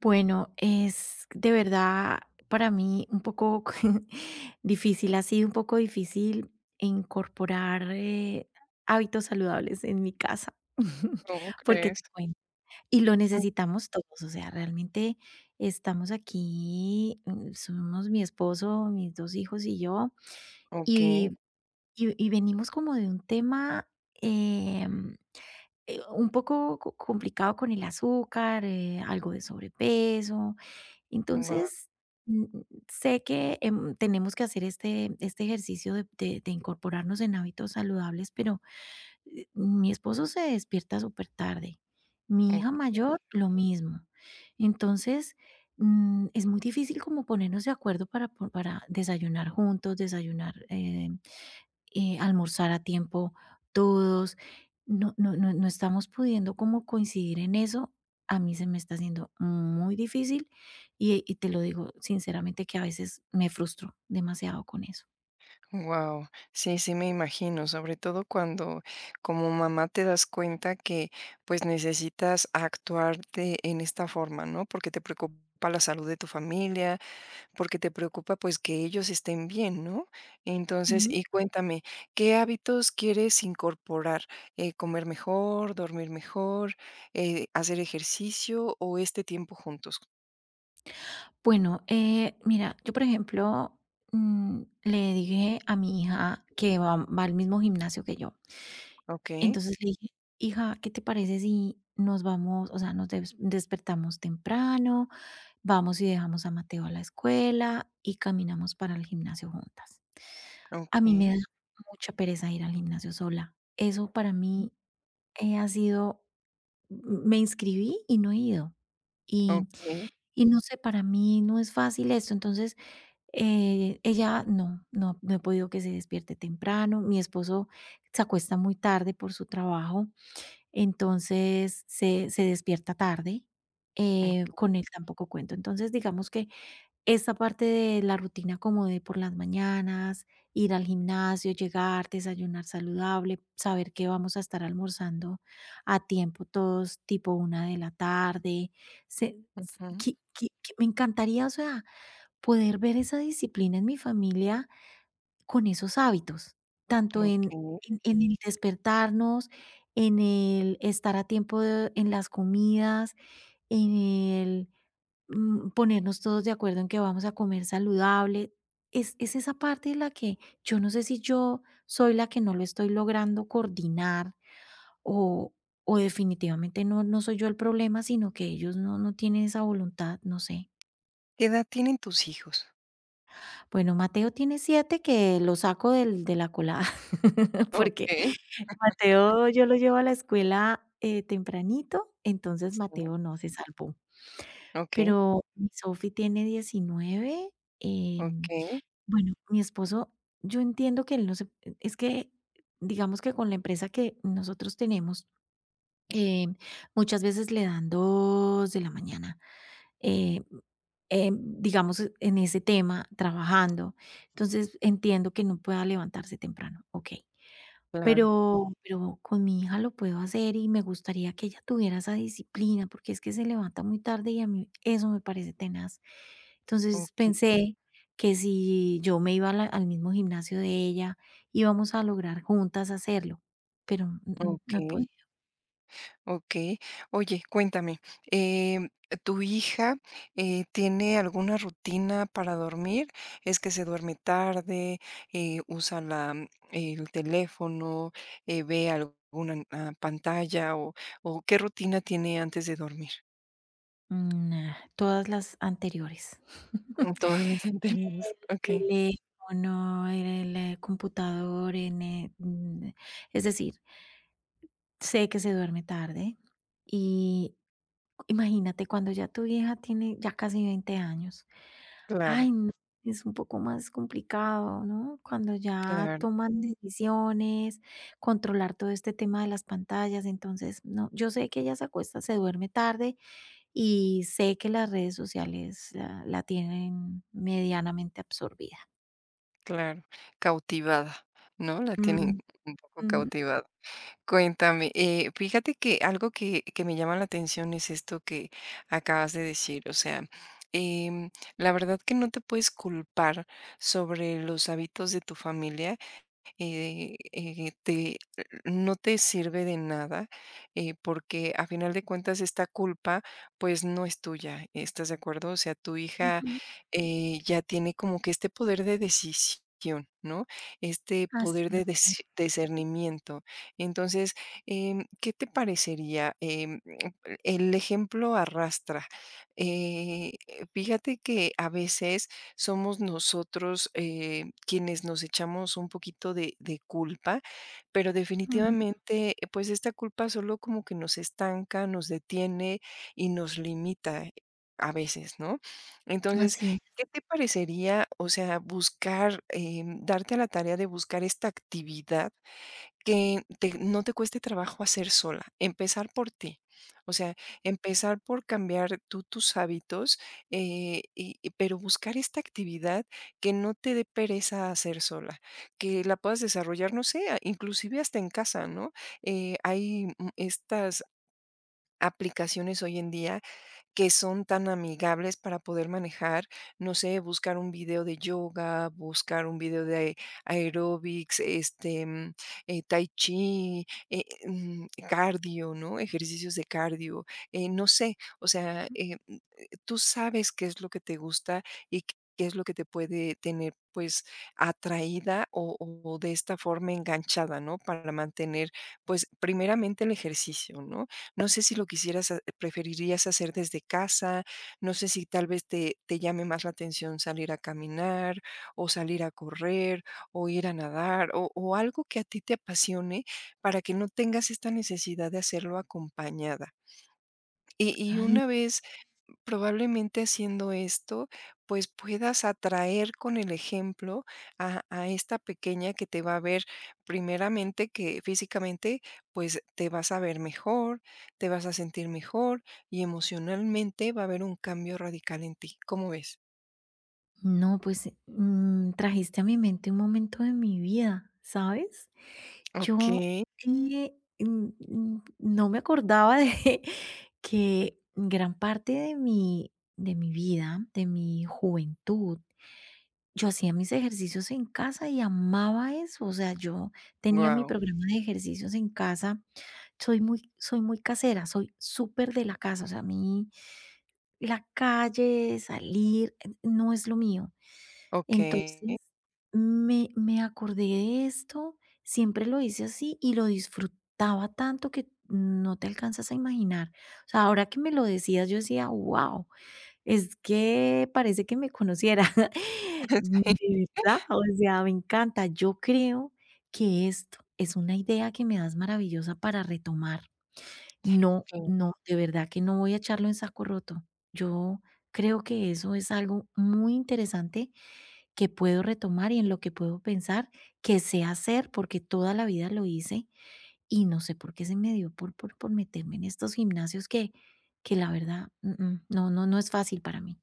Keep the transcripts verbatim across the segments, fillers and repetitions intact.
Bueno, es de verdad para mí un poco difícil, ha sido un poco difícil incorporar eh, hábitos saludables en mi casa, ¿Cómo porque crees? te cuento. Y lo Mm, necesitamos todos, o sea, realmente estamos aquí, mm, somos mi esposo, mis dos hijos y yo, okey. y, y- y venimos como de un tema em, eh, un poco co- complicado con el azúcar, eh, algo de sobrepeso Wow. entonces, mm, sé que, em, tenemos que hacer este este ejercicio de de de incorporarnos en hábitos saludables, pero, eh, mi esposo se despierta súper tarde, mi mm, hija mayor lo mismo. Entonces, mm, es muy difícil como ponernos de acuerdo para po para desayunar juntos, desayunar, eh, eh, almorzar a tiempo todos. No, no, no, no estamos pudiendo como coincidir en eso. A mí se me está haciendo muy difícil y, y te lo digo sinceramente que a veces me frustro demasiado con eso. Sí, sí, me imagino, sobre todo cuando como mamá te das cuenta que, pues, necesitas actuar de en esta forma, ¿no? Porque te preocupa la salud de tu familia, porque te preocupa, pues, que ellos estén bien, ¿no? Entonces, Ujú. y cuéntame, ¿qué hábitos quieres incorporar? Eh, ¿comer mejor, dormir mejor, eh, hacer ejercicio o este tiempo juntos? Bueno, eh, mira, yo por ejemplo mm, le dije a mi hija que va, va al mismo gimnasio que yo. Okey, Entonces le dije, hija, ¿qué te parece si nos vamos, o sea, nos des- despertamos temprano? Vamos y dejamos a Mateo a la escuela y caminamos para el gimnasio juntas. A mí me okey, da mucha pereza ir al gimnasio sola. Eso para mí, eh, ha sido m me inscribí y no he ido. Y okey. y no sé, para mí no es fácil esto. Entonces, eh, ella no, no, no he podido que se despierte temprano. Mi esposo se acuesta muy tarde por su trabajo, entonces se se despierta tarde, eh, Ok, con él tampoco cuento. Entonces, digamos que esa parte de la rutina como de por las mañanas, ir al gimnasio, llegar, desayunar saludable, saber que vamos a estar almorzando a tiempo todos, tipo una de la tarde. Se s ujú, qui qui qui me encantaría, o sea, poder ver esa disciplina en mi familia con esos hábitos, tanto en okey. en en el despertarnos, en el estar a tiempo de en las comidas, en el mm, ponernos todos de acuerdo en que vamos a comer saludable. Es, es esa parte en la que yo no sé si yo soy la que no lo estoy logrando coordinar o, o definitivamente no, no soy yo el problema, sino que ellos no, no tienen esa voluntad, no sé. ¿Qué edad tienen tus hijos? Bueno, Mateo tiene siete, que lo saco del, de la colada, porque Okey, Mateo yo lo llevo a la escuela eh, tempranito, entonces sí, Mateo no se salvó. okey, Pero mi Sofi tiene diecinueve. okey, Bueno, mi esposo, yo entiendo que él no se eh, es que, digamos que con la empresa que nosotros tenemos, eh, muchas veces le dan dos de la mañana, eh, eh, digamos, e, en ese tema, trabajando. Entonces, entiendo que no pueda levantarse temprano, okey. claro, Pero pero con mi hija lo puedo hacer y me gustaría que ella tuviera esa disciplina, porque es que se levanta muy tarde y a mí eso me parece tenaz. Entonces, okey, pensé que si yo me iba a la al mismo gimnasio de ella, íbamos a lograr juntas hacerlo, pero, mm, mm, no he okey, podido. okey. Oye, cuéntame, em, ¿tu hija, eh, tiene alguna rutina para dormir? ¿Es que se duerme tarde, eh, usa la mm, el teléfono, eh, ve alguna, ah, pantalla o o qué rutina tiene antes de dormir? Mm, ah, todas las anteriores. Mm, todas las El anteriores, okey. teléfono, el el eh, computador, en, eh, mm, es decir, sé que se duerme tarde y imagínate cuando ya tu vieja tiene ya casi veinte años. Claro, Ay, no, es un poco más complicado, ¿no? Cuando ya claro. toman Mm. decisiones, controlar todo este tema de las pantallas. Entonces, no, yo sé que ella se acuesta, se duerme tarde y sé que las redes sociales la, la tienen medianamente absorbida. Claro, cautivada, ¿no? La tienen Mm, un poco mm. cautivada. Cuéntame, eh, fíjate que algo que, que me llama la atención es esto que acabas de decir, o sea, em, la verdad que no te puedes culpar sobre los hábitos de tu familia, eh, eh, te no te sirve de nada, eh, porque a final de cuentas esta culpa, pues no es tuya. ¿Estás de acuerdo? O sea, tu hija, Ujú. eh, ya tiene como que este poder de decisión, ¿no? Este Así poder lo de veo. dis- discernimiento. Entonces, em, ¿qué te parecería? Em, el ejemplo arrastra. Eh, Fíjate que a veces somos nosotros, eh, quienes nos echamos un poquito de, de culpa, pero Mm, definitivamente, eh, pues esta culpa solo como que nos estanca, nos detiene y nos limita a veces, ¿no? Entonces, así es. ¿qué te parecería, o sea, buscar, em, darte a la tarea de buscar esta actividad? Que te no te cueste trabajo hacer sola, empezar por ti. O sea, empezar por cambiar tú tus hábitos, eh, y y pero buscar esta actividad que no te dé pereza hacer sola, que la puedas desarrollar, no sé, a- inclusive hasta en casa, ¿no? Eh, hay, mm, estas aplicaciones hoy en día que son tan amigables para poder manejar, no sé, buscar un video de yoga, buscar un video de aeróbics, este, mm, eh, tai chi, eh, mm, cardio, ¿no? Ejercicios de cardio, eh, no sé, o sea, eh, mm, eh, tú sabes qué es lo que te gusta y qué qué es lo que te puede tener pues atraída o, o de esta forma enganchada, ¿no? Para mantener pues primeramente el ejercicio, ¿no? No sé si lo quisieras ha preferirías hacer desde casa, no sé si tal vez te te llame más la atención salir a caminar, o salir a correr, o ir a nadar, o o algo que a ti te apasione para que no tengas esta necesidad de hacerlo acompañada. Y y una vez. Probablemente haciendo esto, pues puedas atraer con el ejemplo a, a esta pequeña que te va a ver primeramente que físicamente, pues te vas a ver mejor, te vas a sentir mejor y emocionalmente va a haber un cambio radical en ti. ¿Cómo ves? No, pues, mm, trajiste a mi mente un momento de mi vida, ¿sabes? Ok, Yo, eh, mm, mm, no me acordaba de que gran parte de mi de mi vida, de mi juventud, yo hacía mis ejercicios en casa y amaba eso. O sea, yo tenía mi wow, programa de ejercicios en casa. Soy muy soy muy casera, soy súper de la casa. O sea, a mí la calle, salir, eh, no es lo mío. ok. Entonces, me me acordé de esto, siempre lo hice así y lo disfrutaba tanto que no te alcanzas a imaginar. O sea, ahora que me lo decías, yo decía: "¡wow! Es que parece que me conociera". De verdad, o sea, me encanta. Yo creo que esto es una idea que me das maravillosa para retomar. No, Sí. no, de verdad que no voy a echarlo en saco roto. Yo creo que eso es algo muy interesante que puedo retomar y en lo que puedo pensar, que sé hacer, porque toda la vida lo hice y no sé por qué se me dio por, por, por meterme en estos gimnasios que, que la verdad, mm, mm, no, no, no es fácil para mí.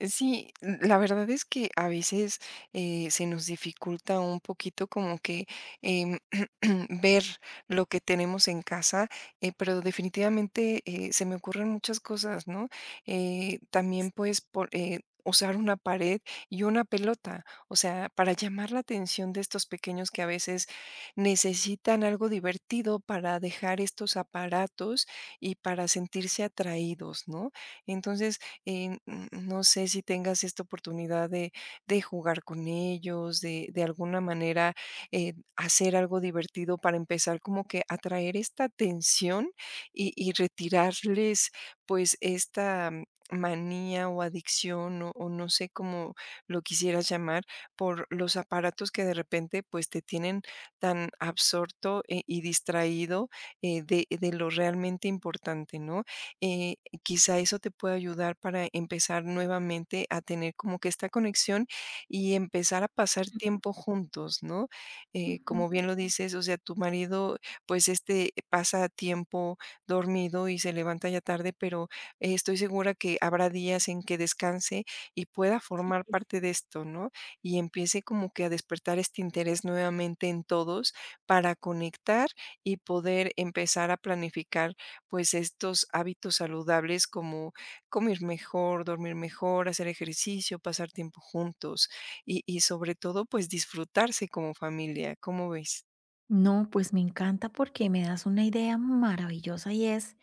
Sí, la verdad es que a veces eh, se nos dificulta un poquito como que em, ver lo que tenemos en casa, eh, pero definitivamente eh, se me ocurren muchas cosas, ¿no? Eh, también pues por, eh, usar una pared y una pelota, o sea, para llamar la atención de estos pequeños que a veces necesitan algo divertido para dejar estos aparatos y para sentirse atraídos, ¿no? Entonces, eh, n- no sé si tengas esta oportunidad de, de jugar con ellos, de, de alguna manera eh, hacer algo divertido para empezar como que atraer esta atención y, y retirarles pues esta mm, manía o adicción o, o no sé cómo lo quisieras llamar por los aparatos que de repente pues te tienen tan absorto eh, y distraído eh, de, de lo realmente importante, ¿no? Eh, Quizá eso te pueda ayudar para empezar nuevamente a tener como que esta conexión y empezar a pasar tiempo juntos, ¿no? Eh, Ujú. Como bien lo dices, o sea, tu marido, pues este pasa tiempo dormido y se levanta ya tarde, pero eh, estoy segura que habrá días en que descanse y pueda formar parte de esto, ¿no? Y empiece como que a despertar este interés nuevamente en todos para conectar y poder empezar a planificar pues, estos hábitos saludables como comer mejor, dormir mejor, hacer ejercicio, pasar tiempo juntos y y sobre todo, pues, disfrutarse como familia. ¿Cómo ves? No, pues me encanta porque me das una idea maravillosa y es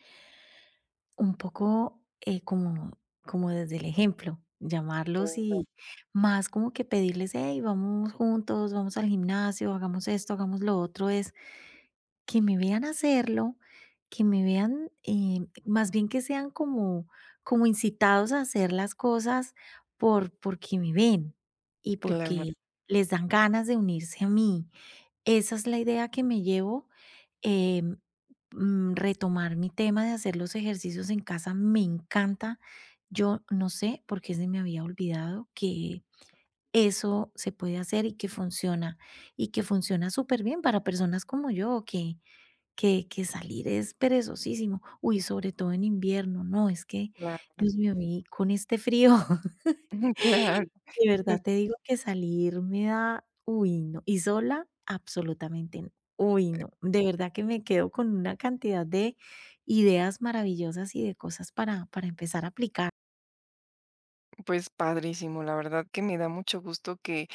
un poco eh, como, como desde el ejemplo, llamarlos, Claro. y más como que pedirles, hey, vamos juntos, vamos al gimnasio, hagamos esto, hagamos lo otro. Es que me vean hacerlo, que me vean, eh, más bien que sean como como incitados a hacer las cosas por porque me ven y Claro, porque les dan ganas de unirse a mí. Esa es la idea que me llevo, em, mm, retomar mi tema de hacer los ejercicios en casa, me encanta. Yo no sé por qué se me había olvidado que eso se puede hacer y que funciona, y que funciona súper bien para personas como yo, que que que salir es perezosísimo. Uy, sobre todo en invierno, no, es que, Dios mío, a mí con este frío, claro, claro. de verdad te digo que salir me da uy, no. Y sola, absolutamente no. Uy, no. De verdad que me quedo con una cantidad de ideas maravillosas y de cosas para para empezar a aplicar. Pues padrísimo, la verdad que me da mucho gusto que,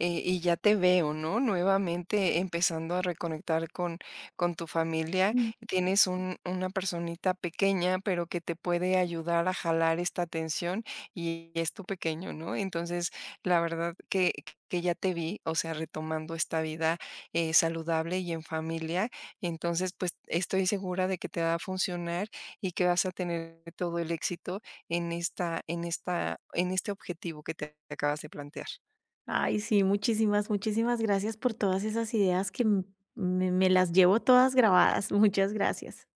eh, y ya te veo, ¿no? Nuevamente empezando a reconectar con, con tu familia. Mm. Tienes un, una personita pequeña, pero que te puede ayudar a jalar esta tensión y es tu pequeño, ¿no? Entonces, la verdad que, que ya te vi, o sea, retomando esta vida eh, saludable y en familia. Entonces, pues estoy segura de que te va a funcionar y que vas a tener todo el éxito en esta en esta en este objetivo que te acabas de plantear. Ay, sí, muchísimas, muchísimas gracias por todas esas ideas que m me me las llevo todas grabadas. Muchas gracias.